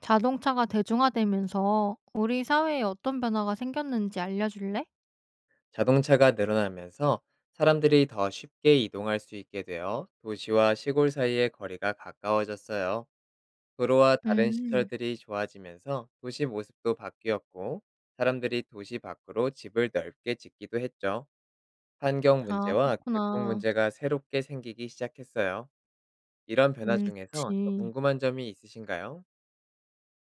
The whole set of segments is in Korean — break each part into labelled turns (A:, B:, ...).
A: 자동차가 대중화되면서 우리 사회에 어떤 변화가 생겼는지 알려줄래?
B: 자동차가 늘어나면서 사람들이 더 쉽게 이동할 수 있게 되어 도시와 시골 사이의 거리가 가까워졌어요. 도로와 다른
A: 음,
B: 시설들이 좋아지면서 도시 모습도 바뀌었고, 사람들이 도시 밖으로 집을 넓게 짓기도 했죠. 환경
A: 아,
B: 문제와 교통
A: 그렇구나.
B: 문제가 새롭게 생기기 시작했어요. 이런 변화
A: 음,
B: 중에서 더
A: 그치.
B: 궁금한 점이 있으신가요?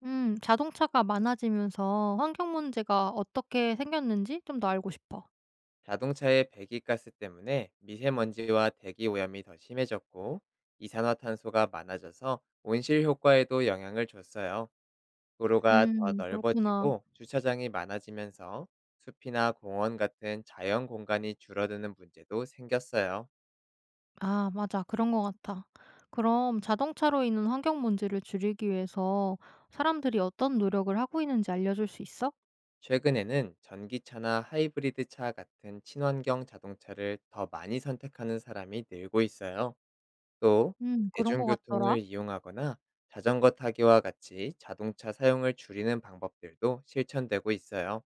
A: 자동차가 많아지면서 환경 문제가 어떻게 생겼는지 좀 더 알고 싶어.
B: 자동차의 배기가스 때문에 미세먼지와 대기 오염이 더 심해졌고, 이산화탄소가 많아져서 온실 효과에도 영향을 줬어요. 도로가 더
A: 그렇구나.
B: 넓어지고 주차장이 많아지면서 숲이나 공원 같은 자연 공간이 줄어드는 문제도 생겼어요.
A: 아, 맞아. 그런 것 같아. 그럼 자동차로 인한 환경 문제를 줄이기 위해서 사람들이 어떤 노력을 하고 있는지 알려줄 수 있어?
B: 최근에는 전기차나 하이브리드 차 같은 친환경 자동차를 더 많이 선택하는 사람이 늘고 있어요. 또,
A: 그런 것 같더라.
B: 대중교통을 이용하거나 자전거 타기와 같이 자동차 사용을 줄이는 방법들도 실천되고 있어요.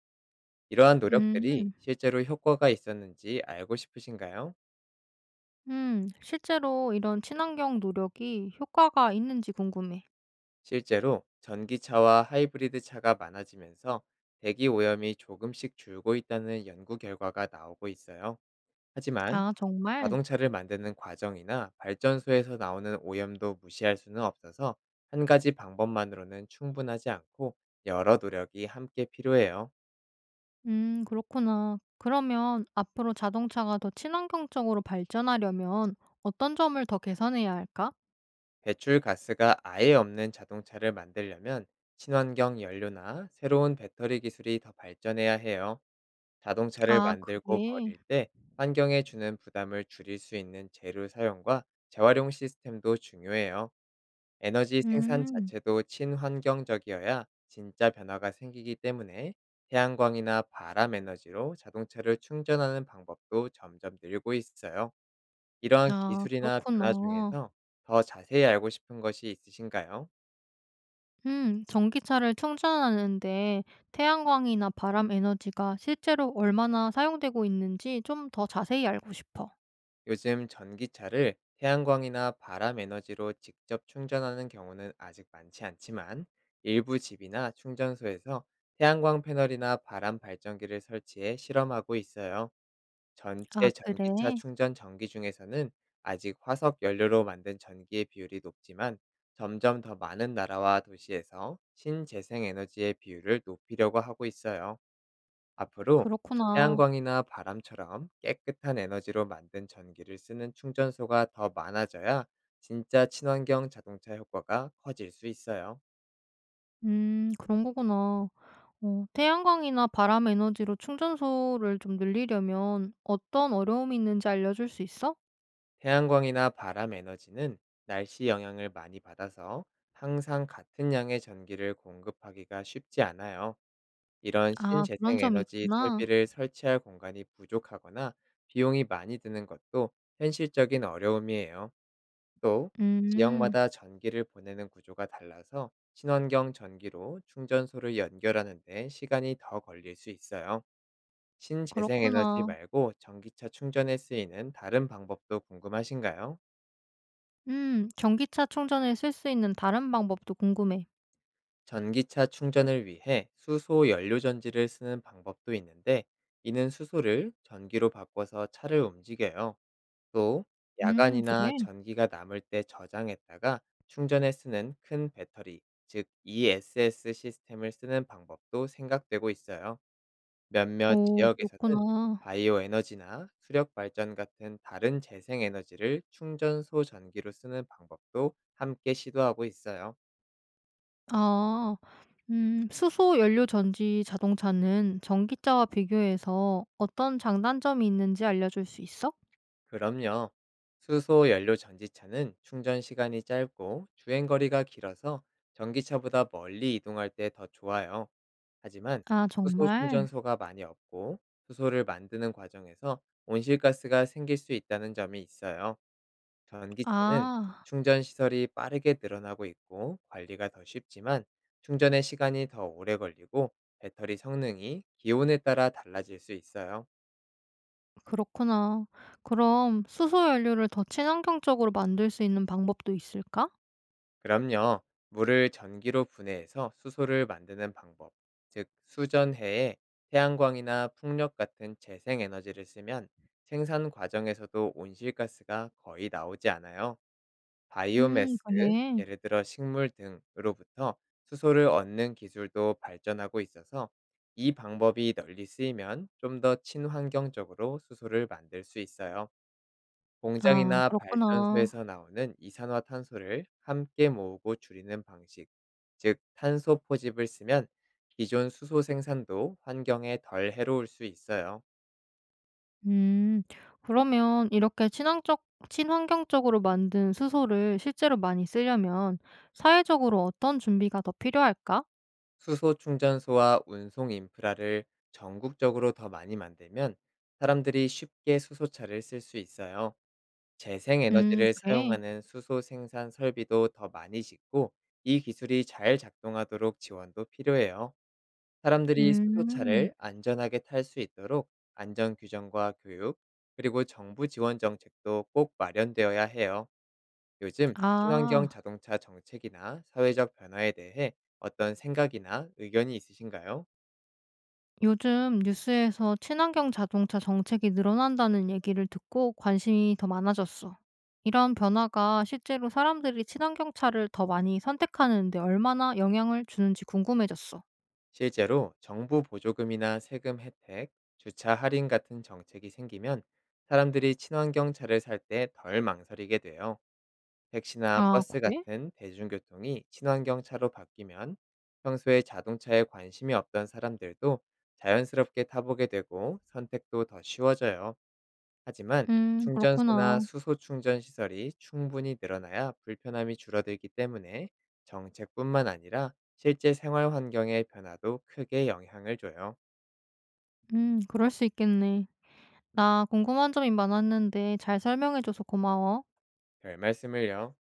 B: 이러한 노력들이
A: 음.
B: 실제로 효과가 있었는지 알고 싶으신가요?
A: 실제로 이런 친환경 노력이 효과가 있는지 궁금해.
B: 실제로 전기차와 하이브리드 차가 많아지면서 대기 오염이 조금씩 줄고 있다는 연구 결과가 나오고 있어요. 하지만
A: 아, 정말?
B: 자동차를 만드는 과정이나 발전소에서 나오는 오염도 무시할 수는 없어서, 한 가지 방법만으로는 충분하지 않고 여러 노력이 함께 필요해요.
A: 그렇구나. 그러면 앞으로 자동차가 더 친환경적으로 발전하려면 어떤 점을 더 개선해야 할까?
B: 배출 가스가 아예 없는 자동차를 만들려면 친환경 연료나 새로운 배터리 기술이 더 발전해야 해요. 자동차를
A: 아,
B: 만들고
A: 그게.
B: 버릴 때 환경에 주는 부담을 줄일 수 있는 재료 사용과 재활용 시스템도 중요해요. 에너지 생산
A: 음,
B: 자체도 친환경적이어야 진짜 변화가 생기기 때문에, 태양광이나 바람 에너지로 자동차를 충전하는 방법도 점점 늘고 있어요. 이러한
A: 아,
B: 기술이나 변화
A: 그렇구나.
B: 중에서 더 자세히 알고 싶은 것이 있으신가요?
A: 전기차를 충전하는데 태양광이나 바람 에너지가 실제로 얼마나 사용되고 있는지 좀 더 자세히 알고 싶어.
B: 요즘 전기차를 태양광이나 바람 에너지로 직접 충전하는 경우는 아직 많지 않지만, 일부 집이나 충전소에서 태양광 패널이나 바람 발전기를 설치해 실험하고 있어요.
A: 아,
B: 전체
A: 그래.
B: 전기차 충전 전기 중에서는 아직 화석 연료로 만든 전기의 비율이 높지만, 점점 더 많은 나라와 도시에서 신재생 에너지의 비율을 높이려고 하고 있어요. 앞으로
A: 그렇구나.
B: 태양광이나 바람처럼 깨끗한 에너지로 만든 전기를 쓰는 충전소가 더 많아져야 진짜 친환경 자동차 효과가 커질 수 있어요.
A: 그런 거구나. 태양광이나 바람 에너지로 충전소를 좀 늘리려면 어떤 어려움이 있는지 알려줄 수 있어?
B: 태양광이나 바람 에너지는 날씨 영향을 많이 받아서 항상 같은 양의 전기를 공급하기가 쉽지 않아요. 이런
A: 아, 그런
B: 신재생
A: 점이
B: 에너지
A: 있구나.
B: 설비를 설치할 공간이 부족하거나 비용이 많이 드는 것도 현실적인 어려움이에요. 또,
A: 음
B: 지역마다 전기를 보내는 구조가 달라서 친환경 전기로 충전소를 연결하는 데 시간이 더 걸릴 수 있어요. 신재생에너지
A: 그렇구나.
B: 말고 전기차 충전에 쓰이는 다른 방법도 궁금하신가요?
A: 전기차 충전에 쓸 수 있는 다른 방법도 궁금해.
B: 전기차 충전을 위해 수소 연료 전지를 쓰는 방법도 있는데, 이는 수소를 전기로 바꿔서 차를 움직여요. 또, 야간이나
A: 그래?
B: 전기가 남을 때 저장했다가 충전에 쓰는 큰 배터리, 즉 ESS 시스템을 쓰는 방법도 생각되고 있어요. 몇몇
A: 오,
B: 지역에서는
A: 그렇구나.
B: 바이오 에너지나 수력 발전 같은 다른 재생 에너지를 충전소 전기로 쓰는 방법도 함께 시도하고 있어요.
A: 아, 수소 연료 전지 자동차는 전기차와 비교해서 어떤 장단점이 있는지 알려줄 수 있어?
B: 그럼요. 수소 연료 전지차는 충전 시간이 짧고 주행 거리가 길어서 전기차보다 멀리 이동할 때 더 좋아요. 하지만
A: 아,
B: 수소
A: 정말?
B: 충전소가 많이 없고, 수소를 만드는 과정에서 온실가스가 생길 수 있다는 점이 있어요. 전기차는
A: 아.
B: 충전 시설이 빠르게 늘어나고 있고 관리가 더 쉽지만, 충전의 시간이 더 오래 걸리고 배터리 성능이 기온에 따라 달라질 수 있어요.
A: 그렇구나. 그럼 수소연료를 더 친환경적으로 만들 수 있는 방법도 있을까?
B: 그럼요. 물을 전기로 분해해서 수소를 만드는 방법, 즉 수전해에 태양광이나 풍력 같은 재생 에너지를 쓰면 생산 과정에서도 온실가스가 거의 나오지 않아요. 바이오매스,
A: 그래.
B: 예를 들어 식물 등으로부터 수소를 얻는 기술도 발전하고 있어서 이 방법이 널리 쓰이면 좀 더 친환경적으로 수소를 만들 수 있어요.
A: 아,
B: 공장이나
A: 그렇구나.
B: 발전소에서 나오는 이산화탄소를 함께 모으고 줄이는 방식, 즉 탄소 포집을 쓰면 기존 수소 생산도 환경에 덜 해로울 수 있어요.
A: 음, 그러면 이렇게 친환경적으로 만든 수소를 실제로 많이 쓰려면 사회적으로 어떤 준비가 더 필요할까?
B: 수소 충전소와 운송 인프라를 전국적으로 더 많이 만들면 사람들이 쉽게 수소차를 쓸 수 있어요. 재생 에너지를
A: 그래.
B: 사용하는 수소 생산 설비도 더 많이 짓고, 이 기술이 잘 작동하도록 지원도 필요해요. 사람들이
A: 음,
B: 수소차를 안전하게 탈 수 있도록 안전 규정과 교육, 그리고 정부 지원 정책도 꼭 마련되어야 해요. 요즘 친환경
A: 아.
B: 자동차 정책이나 사회적 변화에 대해 어떤 생각이나 의견이 있으신가요?
A: 요즘 뉴스에서 친환경 자동차 정책이 늘어난다는 얘기를 듣고 관심이 더 많아졌어. 이런 변화가 실제로 사람들이 친환경 차를 더 많이 선택하는데 얼마나 영향을 주는지 궁금해졌어.
B: 실제로 정부 보조금이나 세금 혜택, 주차 할인 같은 정책이 생기면 사람들이 친환경 차를 살 때 덜 망설이게 돼요. 택시나
A: 아,
B: 버스
A: 그래?
B: 같은 대중교통이 친환경 차로 바뀌면 평소에 자동차에 관심이 없던 사람들도 자연스럽게 타보게 되고 선택도 더 쉬워져요. 하지만
A: 그렇구나.
B: 충전소나 수소 충전 시설이 충분히 늘어나야 불편함이 줄어들기 때문에 정책뿐만 아니라 실제 생활 환경의 변화도 크게 영향을 줘요.
A: 그럴 수 있겠네. 나 궁금한 점이 많았는데 잘 설명해줘서 고마워.
B: 별 말씀을요.